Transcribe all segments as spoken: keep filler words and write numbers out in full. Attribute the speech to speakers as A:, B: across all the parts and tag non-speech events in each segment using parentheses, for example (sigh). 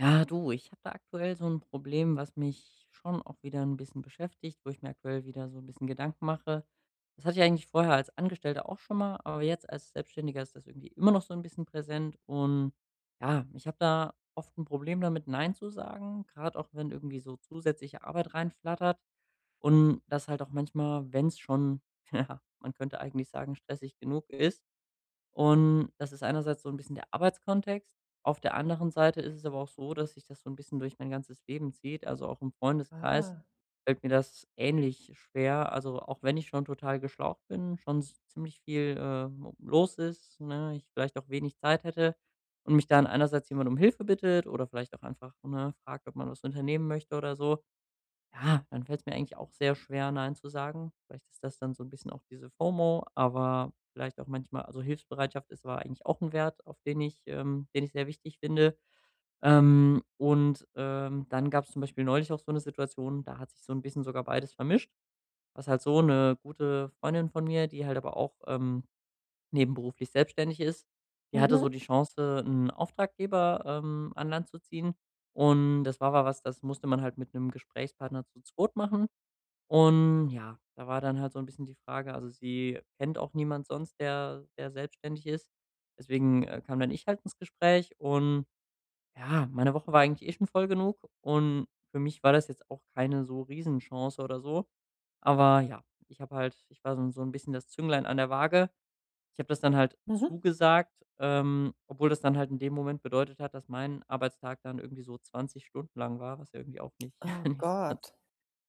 A: Ja, du, ich habe da aktuell so ein Problem, was mich schon auch wieder ein bisschen beschäftigt, wo ich mir aktuell wieder so ein bisschen Gedanken mache. Das hatte ich eigentlich vorher als Angestellter auch schon mal, aber jetzt als Selbstständiger ist das irgendwie immer noch so ein bisschen präsent und ja, ich habe da oft ein Problem damit, nein zu sagen, gerade auch wenn irgendwie so zusätzliche Arbeit reinflattert und das halt auch manchmal, wenn es schon, (laughs) ja, man könnte eigentlich sagen, stressig genug ist und das ist einerseits so ein bisschen der Arbeitskontext. Auf der anderen Seite ist es aber auch so, dass sich das so ein bisschen durch mein ganzes Leben zieht. Also, auch im Freundeskreis
B: Ah.
A: fällt mir das ähnlich schwer. Also, auch wenn ich schon total geschlaucht bin, schon s ziemlich viel ähm, los ist, ne, ich vielleicht auch wenig Zeit hätte und mich dann einerseits jemand um Hilfe bittet oder vielleicht auch einfach, ne, fragt, ob man was unternehmen möchte oder so. Ja, dann fällt es mir eigentlich auch sehr schwer, nein zu sagen. Vielleicht ist das dann so ein bisschen auch diese FOMO, aber vielleicht auch manchmal also, Hilfsbereitschaft ist aber eigentlich auch ein Wert, auf den ich ähm, den ich sehr wichtig finde. Ähm, und, ähm, dann gab es zum Beispiel neulich auch so eine Situation, da hat sich so ein bisschen sogar beides vermischt, was halt so eine gute Freundin von mir, die halt aber auch, ähm, nebenberuflich selbstständig ist, die hatte so die Chance, einen Auftraggeber, ähm, an Land zu ziehen. Und das war aber was, das musste man halt mit einem Gesprächspartner zu zweit machen. Und ja, da war dann halt so ein bisschen die Frage also, sie kennt auch niemand sonst, der der selbstständig ist. Deswegen, äh, kam dann ich halt ins Gespräch und ja, meine Woche war eigentlich eh schon voll genug und für mich war das jetzt auch keine so Riesenchance oder so. Aber ja, ich habe halt ich war so so ein bisschen das Zünglein an der Waage. Ich habe das dann halt
B: Mhm.
A: zugesagt, ähm, obwohl das dann halt in dem Moment bedeutet hat, dass mein Arbeitstag dann irgendwie so zwanzig Stunden lang war, was ja irgendwie auch nicht (laughs)
B: Oh
A: nicht so ganz
B: Gott.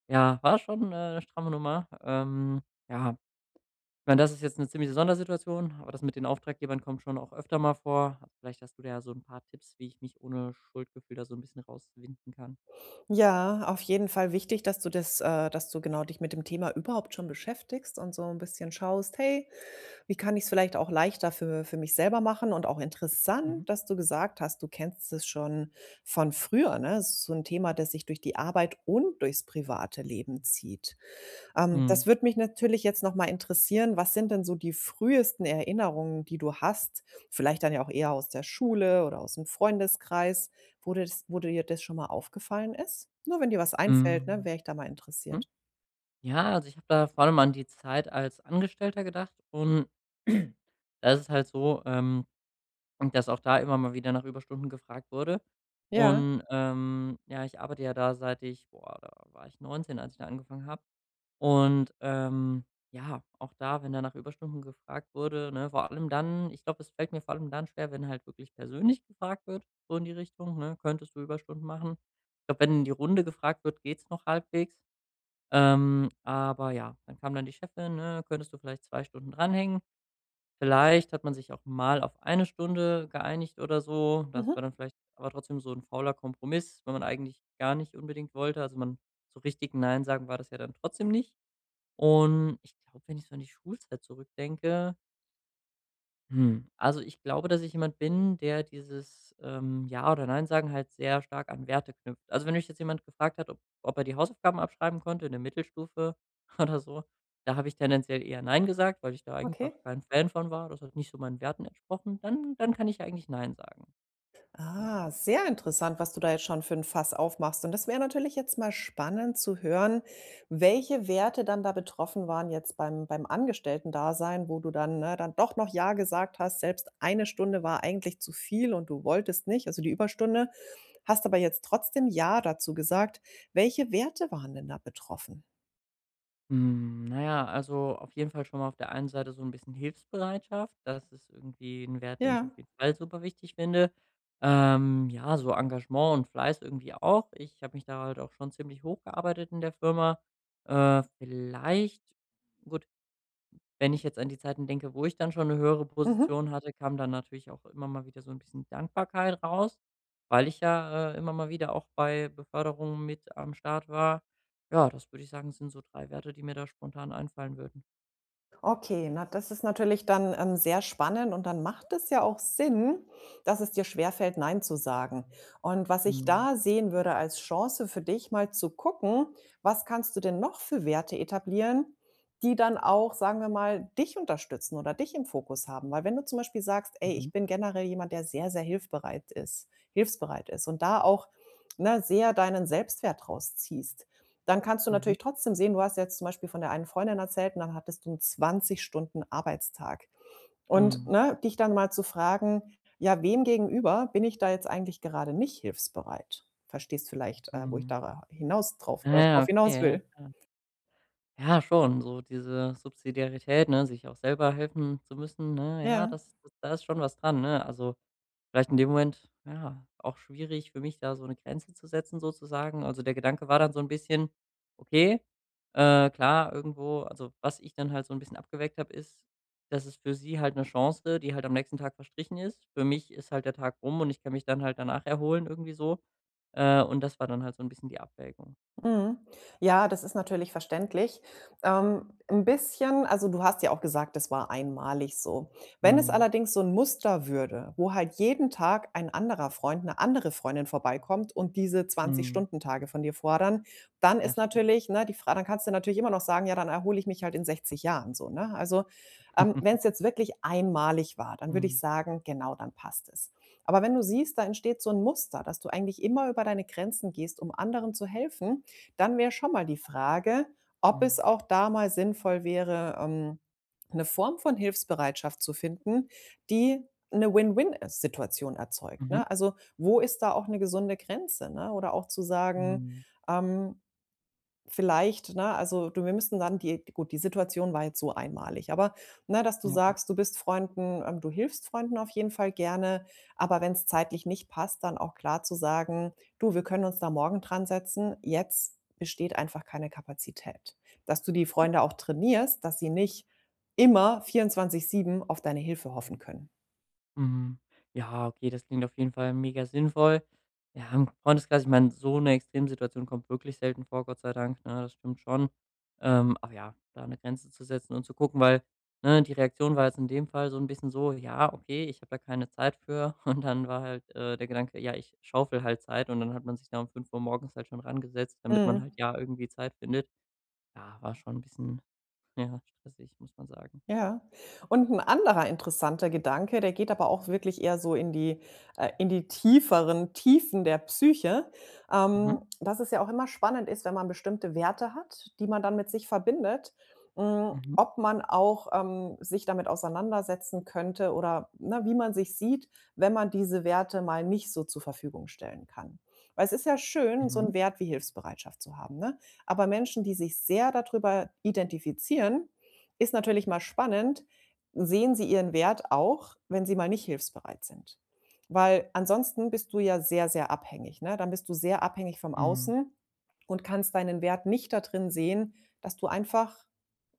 A: ja, war schon, äh, 'ne stramme Nummer. Ähm, ja, ich meine, das ist jetzt eine ziemliche Sondersituation, aber das mit den Auftraggebern kommt schon auch öfter mal vor. Also, vielleicht hast du da ja so ein paar Tipps, wie ich mich ohne Schuldgefühl da so ein bisschen rauswinden kann.
B: Ja, auf jeden Fall wichtig, dass du das äh, dass du genau dich mit dem Thema überhaupt schon beschäftigst und so ein bisschen schaust: „Hey, wie kann ich es vielleicht auch leichter für für mich selber machen?" Und auch
A: Mhm.
B: interessant, dass du gesagt hast, du kennst es schon von früher, ne? Es ist so ein Thema, das sich durch die Arbeit und durchs private Leben zieht. Ähm,
A: Mhm.
B: das würde mich natürlich jetzt noch mal interessieren, was sind denn so die frühesten Erinnerungen, die du hast? Vielleicht dann ja auch eher aus der Schule oder aus dem Freundeskreis, wo dir das wo dir das schon mal aufgefallen ist? Nur wenn dir was einfällt, ne,
A: Hm.
B: wäre ich da mal
A: Mhm.
B: interessiert.
A: Ja, also, ich habe da vor allem an die Zeit als Angestellter gedacht und (clears throat) da ist es halt so, ähm, dass auch da immer mal wieder nach Überstunden gefragt wurde.
B: Ja.
A: Und, ähm, ja, ich arbeite ja da seit ich boah, da war ich neunzehn, als ich da angefangen habe. Und, ähm, ja, auch da, wenn da nach Überstunden gefragt wurde, ne, vor allem dann ich glaube, es fällt mir vor allem dann schwer, wenn halt wirklich persönlich gefragt wird, so in die Richtung, ne: „Könntest du Überstunden machen?“ Ich glaube, wenn in die Runde gefragt wird, geht's noch halbwegs. Ähm, aber ja, dann kam dann die Chefin, ne: „Könntest du vielleicht zwei Stunden dranhängen?“ Vielleicht hat man sich auch mal auf eine Stunde geeinigt oder so. Das war
B: Mhm.
A: dann vielleicht aber trotzdem so ein fauler Kompromiss, wenn man eigentlich gar nicht unbedingt wollte. Also, man so richtig nein sagen war das ja dann trotzdem nicht. Und ich glaube, wenn ich so an die Schulzeit zurückdenke hm, also, ich glaube, dass ich jemand bin, der dieses, ähm, Ja oder Nein sagen halt sehr stark an Werte knüpft. Also, wenn mich jetzt jemand gefragt hat, ob ob er die Hausaufgaben abschreiben konnte in der Mittelstufe (laughs) oder so, da habe ich tendenziell eher „Nein“ gesagt, weil ich da
B: Okay.
A: einfach kein Fan von war. Das hat nicht so meinen Werten entsprochen. Dann dann kann ich ja eigentlich „Nein“ sagen. Ja.
B: Ah, sehr interessant, was du da jetzt schon für ein Fass aufmachst. Und das wäre natürlich jetzt mal spannend zu hören, welche Werte dann da betroffen waren jetzt beim beim Angestellten-Dasein, wo du dann, ne, dann doch noch ja gesagt hast. Selbst eine Stunde war eigentlich zu viel und du wolltest nicht, also die Überstunde, hast aber jetzt trotzdem ja dazu gesagt. Welche Werte waren denn da betroffen?
A: Hm, na ja, also auf jeden Fall schon mal auf der einen Seite so ein bisschen Hilfsbereitschaft. Das ist irgendwie ein Wert, den ich
B: Ja.
A: auf jeden Fall super wichtig finde. Ähm, ja, so Engagement und Fleiß irgendwie auch. Ich habe mich da halt auch schon ziemlich hochgearbeitet in der Firma. Äh, vielleicht gut wenn ich jetzt an die Zeiten denke, wo ich dann schon 'ne höhere
B: Mhm.
A: Position hatte, kam dann natürlich auch immer mal wieder so 'n bisschen Dankbarkeit raus, weil ich ja, äh, immer mal wieder auch bei Beförderungen mit am Start war. Ja, das würde ich sagen, sind so drei Werte, die mir da spontan einfallen würden.
B: Okay, na, das ist natürlich dann, ähm, sehr spannend und dann macht es ja auch Sinn, dass es dir schwerfällt, „Nein" zu sagen. Und was ich
A: Mhm,
B: da sehen würde als Chance für dich, mal zu gucken, was kannst du denn noch für Werte etablieren, die dann auch, sagen wir mal, dich unterstützen oder dich im Fokus haben? Weil wenn du zum Beispiel sagst: „Ey,
A: mhm,
B: ich bin generell jemand, der sehr, sehr hilfsbereit ist hilfsbereit ist“ und da auch, ne, sehr deinen Selbstwert rausziehst. Dann kannst du
A: mhm.
B: natürlich trotzdem sehen, du hast jetzt zum Beispiel von der einen Freundin erzählt und dann hattest du einen 20 Stunden Arbeitstag. Und,
A: Mhm,
B: ne, dich dann mal zu fragen: „Ja, wem gegenüber bin ich da jetzt eigentlich gerade nicht hilfsbereit?" Verstehst vielleicht, äh, wo ich
A: mhm.
B: da hinaus drauf
A: Ah
B: äh,
A: ja,
B: drauf hinaus
A: okay, ja
B: will.
A: klar. Ja, schon, so diese Subsidiarität, ne, sich auch selber helfen zu müssen, ne? Ja,
B: Ja.
A: das das da ist schon was dran, ne? Also, vielleicht in dem Moment, ja, auch schwierig für mich, da so eine Grenze zu setzen sozusagen. Also, der Gedanke war dann so ein bisschen: „Okay, äh, klar, irgendwo“ also, was ich dann halt so ein bisschen abgewägt habe, ist, dass es für sie halt eine Chance, die halt am nächsten Tag verstrichen ist. Für mich ist halt der Tag rum und ich kann mich dann halt danach erholen irgendwie so. Äh, und das war dann halt so ein bisschen die Abwägung.
B: Mhm. Ja, das ist natürlich verständlich. Ähm, 'n bisschen, also, du hast ja auch gesagt, es war einmalig so. Wenn es
A: Mhm.
B: allerdings so ein Muster würde, wo halt jeden Tag ein anderer Freund, eine andere Freundin vorbeikommt und diese zwanzig
A: Mhm.
B: -Stunden-Tage von dir fordern, dann
A: Ja,
B: ist
A: stimmt.
B: natürlich, ne, die Frage, dann kannst du natürlich immer noch sagen: „Ja, dann erhole ich mich halt in sechzig Jahren", so, ne? Also, ähm, wenn es
A: (laughs)
B: jetzt wirklich einmalig war, dann würde ich
A: Mhm.
B: sagen: „Genau, dann passt es." Aber wenn du siehst, da entsteht so ein Muster, dass du eigentlich immer über deine Grenzen gehst, um anderen zu helfen, dann wäre schon mal die Frage, ob
A: Mhm.
B: es auch da mal sinnvoll wäre, ähm, 'ne Form von Hilfsbereitschaft zu finden, die eine Win-Win-Situation erzeugt, ne? Also, wo ist da auch eine gesunde Grenze, ne? Oder auch zu sagen,
A: Mhm.
B: ähm vielleicht, ne? Also, du, wir müssten dann die gut, die Situation war jetzt so einmalig, aber, ne, dass du
A: Mhm.
B: sagst, du bist Freunden ähm, du hilfst Freunden auf jeden Fall gerne, aber wenn es zeitlich nicht passt, dann auch klar zu sagen: „Du, wir können uns da morgen dran setzen. Jetzt besteht einfach keine Kapazität." Dass du die
A: Ja.
B: Freunde auch trainierst, dass sie nicht immer vierundzwanzig sieben auf deine Hilfe hoffen können.
A: Mhm. Ja, okay, das klingt auf jeden Fall mega sinnvoll. Ja, im Freundeskreis, ich meine, so eine Extremsituation kommt wirklich selten vor, Gott sei Dank, ne? Das stimmt schon. Ähm, aber ja, da eine Grenze zu setzen und zu gucken, weil, ne, die Reaktion war jetzt in dem Fall so ein bisschen so: „Ja, okay, ich habe da keine Zeit für.“ (laughs) Und dann war halt, äh, der Gedanke: „Ja, ich schaufel halt Zeit.“ Und dann hat man sich da um fünf Uhr morgens halt schon rangesetzt, damit man halt
B: Mhm.
A: ja irgendwie Zeit findet. Ja, war schon ein bisschen, ja, stressig, muss man sagen.
B: Ja. Und ein anderer interessanter Gedanke, der geht aber auch wirklich eher so in die äh, in die tieferen Tiefen der Psyche,
A: Mhm,
B: ähm, dass es ja auch immer spannend ist, wenn man bestimmte Werte hat, die man dann mit sich verbindet, hm,
A: mhm,
B: ob man auch, ähm, sich damit auseinandersetzen könnte oder, ne, wie man sich sieht, wenn man diese Werte mal nicht so zur Verfügung stellen kann. Weil es ist ja schön, so
A: mhm,
B: 'n Wert wie Hilfsbereitschaft zu haben, ne? Aber Menschen, die sich sehr darüber identifizieren, ist natürlich mal spannend, sehen sie ihren Wert auch, wenn sie mal nicht hilfsbereit sind? Weil ansonsten bist du ja sehr, sehr abhängig, ne? Dann bist du sehr abhängig vom
A: mhm,
B: Außen und kannst deinen Wert nicht da drin sehen, dass du einfach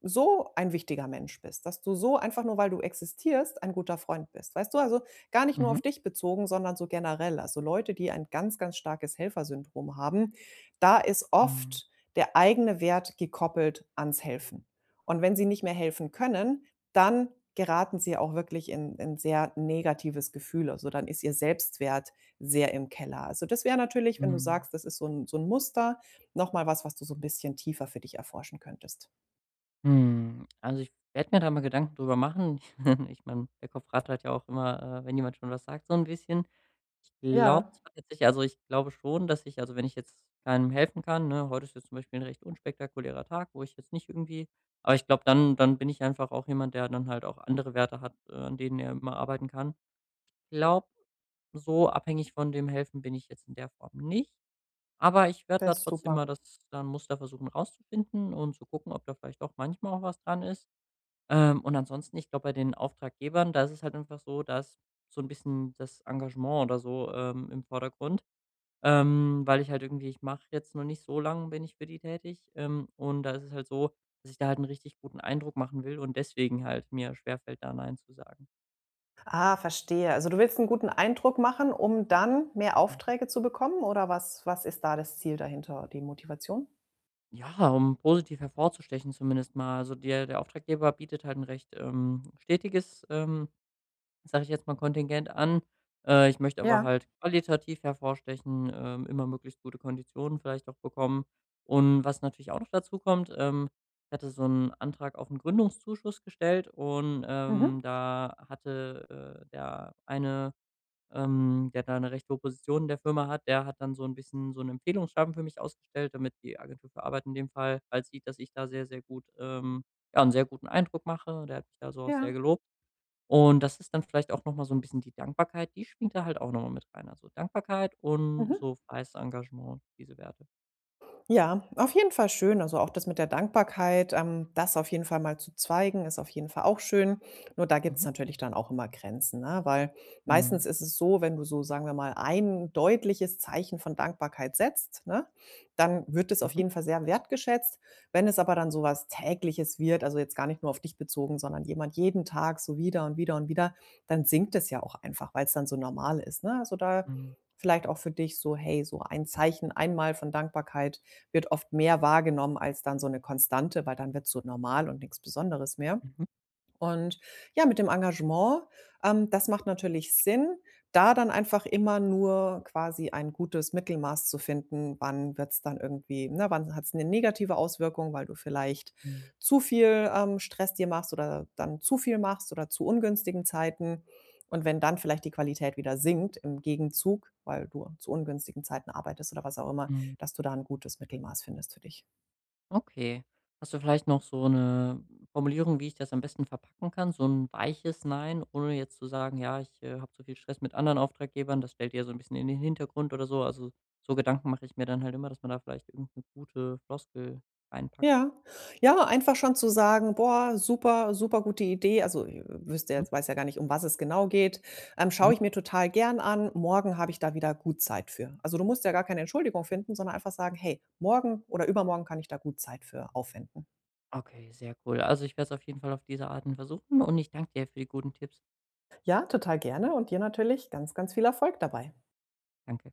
B: so ein wichtiger Mensch bist, dass du so einfach nur, weil du existierst, ein guter Freund bist. Weißt du, also gar nicht nur
A: mhm,
B: auf dich bezogen, sondern so generell. Also Leute, die ein ganz, ganz starkes Helfersyndrom haben, da ist
A: mhm.
B: oft der eigene Wert gekoppelt ans Helfen. Und wenn sie nicht mehr helfen können, dann geraten sie auch wirklich in ein sehr negatives Gefühl. Also, dann ist ihr Selbstwert sehr im Keller. Also, das wäre natürlich, wenn du
A: Mhm.
B: sagst, das ist so ein so ein Muster, noch mal was, was du so ein bisschen tiefer für dich erforschen könntest.
A: Hm, also, ich werde mir da mal Gedanken drüber machen. (laughs) Ich meine, der Kopf rattert ja auch immer, äh, wenn jemand schon was sagt, so ein bisschen. Ich glaube
B: Ja,
A: zwar tatsächlich also, ich glaube schon, dass ich also, wenn ich jetzt keinem helfen kann, ne heute ist jetzt zum Beispiel ein recht unspektakulärer Tag, wo ich jetzt nicht irgendwie aber ich glaube, dann dann bin ich einfach auch jemand, der dann halt auch andere Werte hat, äh, an denen er immer arbeiten kann. Ich Glaube, so abhängig von dem Helfen bin ich jetzt in der Form nicht. Aber ich werde da
B: das ist
A: trotzdem mal
B: super.
A: das dann Muster versuchen rauszufinden und zu gucken, ob da vielleicht doch manchmal auch was dran ist. Ähm, und ansonsten, ich glaube, bei den Auftraggebern, da ist es halt einfach so, dass so ein bisschen das Engagement oder so, ähm, im Vordergrund, ähm, weil ich halt irgendwie ich mache jetzt noch nicht so lang bin ich für die tätig, ähm, und da ist es halt so, dass ich da halt einen richtig guten Eindruck machen will und deswegen halt mir schwerfällt, da nein zu sagen.
B: Ah, verstehe. Also, du willst einen guten Eindruck machen, um dann mehr
A: Mhm.
B: Aufträge zu bekommen, oder was was ist da das Ziel dahinter, die Motivation?
A: Ja, um positiv hervorzustechen zumindest mal. Also, der der Auftraggeber bietet halt ein recht, ähm, stetiges, ähm sage ich jetzt mal, Kontingent an. Äh, ich möchte aber
B: Ja.
A: halt qualitativ hervorstechen, ähm, immer möglichst gute Konditionen vielleicht auch bekommen. Und was natürlich auch noch dazu kommt, ähm, ich hatte so einen Antrag auf einen Gründungszuschuss gestellt und, ähm,
B: Mhm.
A: da hatte, äh, der eine, ähm, der da eine recht hohe Position in der Firma hat, der hat dann so ein bisschen so einen Empfehlungsschreiben für mich ausgestellt, damit die Agentur für Arbeit in dem Fall halt sieht, dass ich da sehr, sehr gut ähm, ja, einen sehr guten Eindruck mache. Der hat mich da so auch
B: Ja.
A: sehr gelobt. Und das ist dann vielleicht auch noch mal so ein bisschen die Dankbarkeit, die schwingt da halt auch noch mal mit rein. Also, Dankbarkeit und
B: Mhm.
A: so freies Engagement, diese Werte.
B: Ja, auf jeden Fall schön. Also, auch das mit der Dankbarkeit, ähm, das auf jeden Fall mal zu zeigen, ist auf jeden Fall auch schön. Nur da gibt's
A: Mhm.
B: natürlich dann auch immer Grenzen, ne? Weil meistens
A: Mhm.
B: ist es so, wenn du so, sagen wir mal, ein deutliches Zeichen von Dankbarkeit setzt, ne, dann wird es auf
A: Mhm.
B: jeden Fall sehr wertgeschätzt. Wenn es aber dann so was Tägliches wird, also jetzt gar nicht nur auf dich bezogen, sondern jemand jeden Tag so wieder und wieder und wieder, dann sinkt es ja auch einfach, weil es dann so normal ist, ne? Also, da
A: Mhm.
B: vielleicht auch für dich so: „Hey, so ein Zeichen einmal von Dankbarkeit wird oft mehr wahrgenommen als dann so eine Konstante, weil dann wird's so normal und nichts Besonderes mehr."
A: Mhm.
B: Und ja, mit dem Engagement, ähm, das macht natürlich Sinn, da dann einfach immer nur quasi ein gutes Mittelmaß zu finden, wann wird es dann irgendwie, ne, wann hat es eine negative Auswirkung, weil du vielleicht
A: Mhm.
B: zu viel, ähm, Stress dir machst oder dann zu viel machst oder zu ungünstigen Zeiten. Und wenn dann vielleicht die Qualität wieder sinkt im Gegenzug, weil du zu ungünstigen Zeiten arbeitest oder was auch immer,
A: Mhm.
B: dass du da 'n gutes Mittelmaß findest für dich.
A: Okay. Hast du vielleicht noch so eine Formulierung, wie ich das am besten verpacken kann? So ein weiches Nein, ohne jetzt zu sagen: „Ja, ich, äh, habe so viel Stress mit anderen Auftraggebern, das stellt ihr so ein bisschen in den Hintergrund“ oder so. Also, so Gedanken mache ich mir dann halt immer, dass man da vielleicht irgend 'ne gute Floskel reinpackt.
B: Ja. Ja, einfach schon zu sagen: „Boah, super, super gute Idee." Also, i wüsste
A: Mhm.
B: jetzt weiß ja gar nicht, um was es genau geht. Ähm, „Schaue
A: Mhm.
B: ich mir total gern an. Morgen habe ich da wieder gut Zeit für." Also, du musst ja gar keine Entschuldigung finden, sondern einfach sagen: „Hey, morgen oder übermorgen kann ich da gut Zeit für aufwenden."
A: Okay, sehr cool. Also, ich werde es auf jeden Fall auf diese Arten versuchen und ich danke dir für die guten Tipps.
B: Ja, total gerne, und dir natürlich ganz, ganz viel Erfolg dabei.
A: Danke.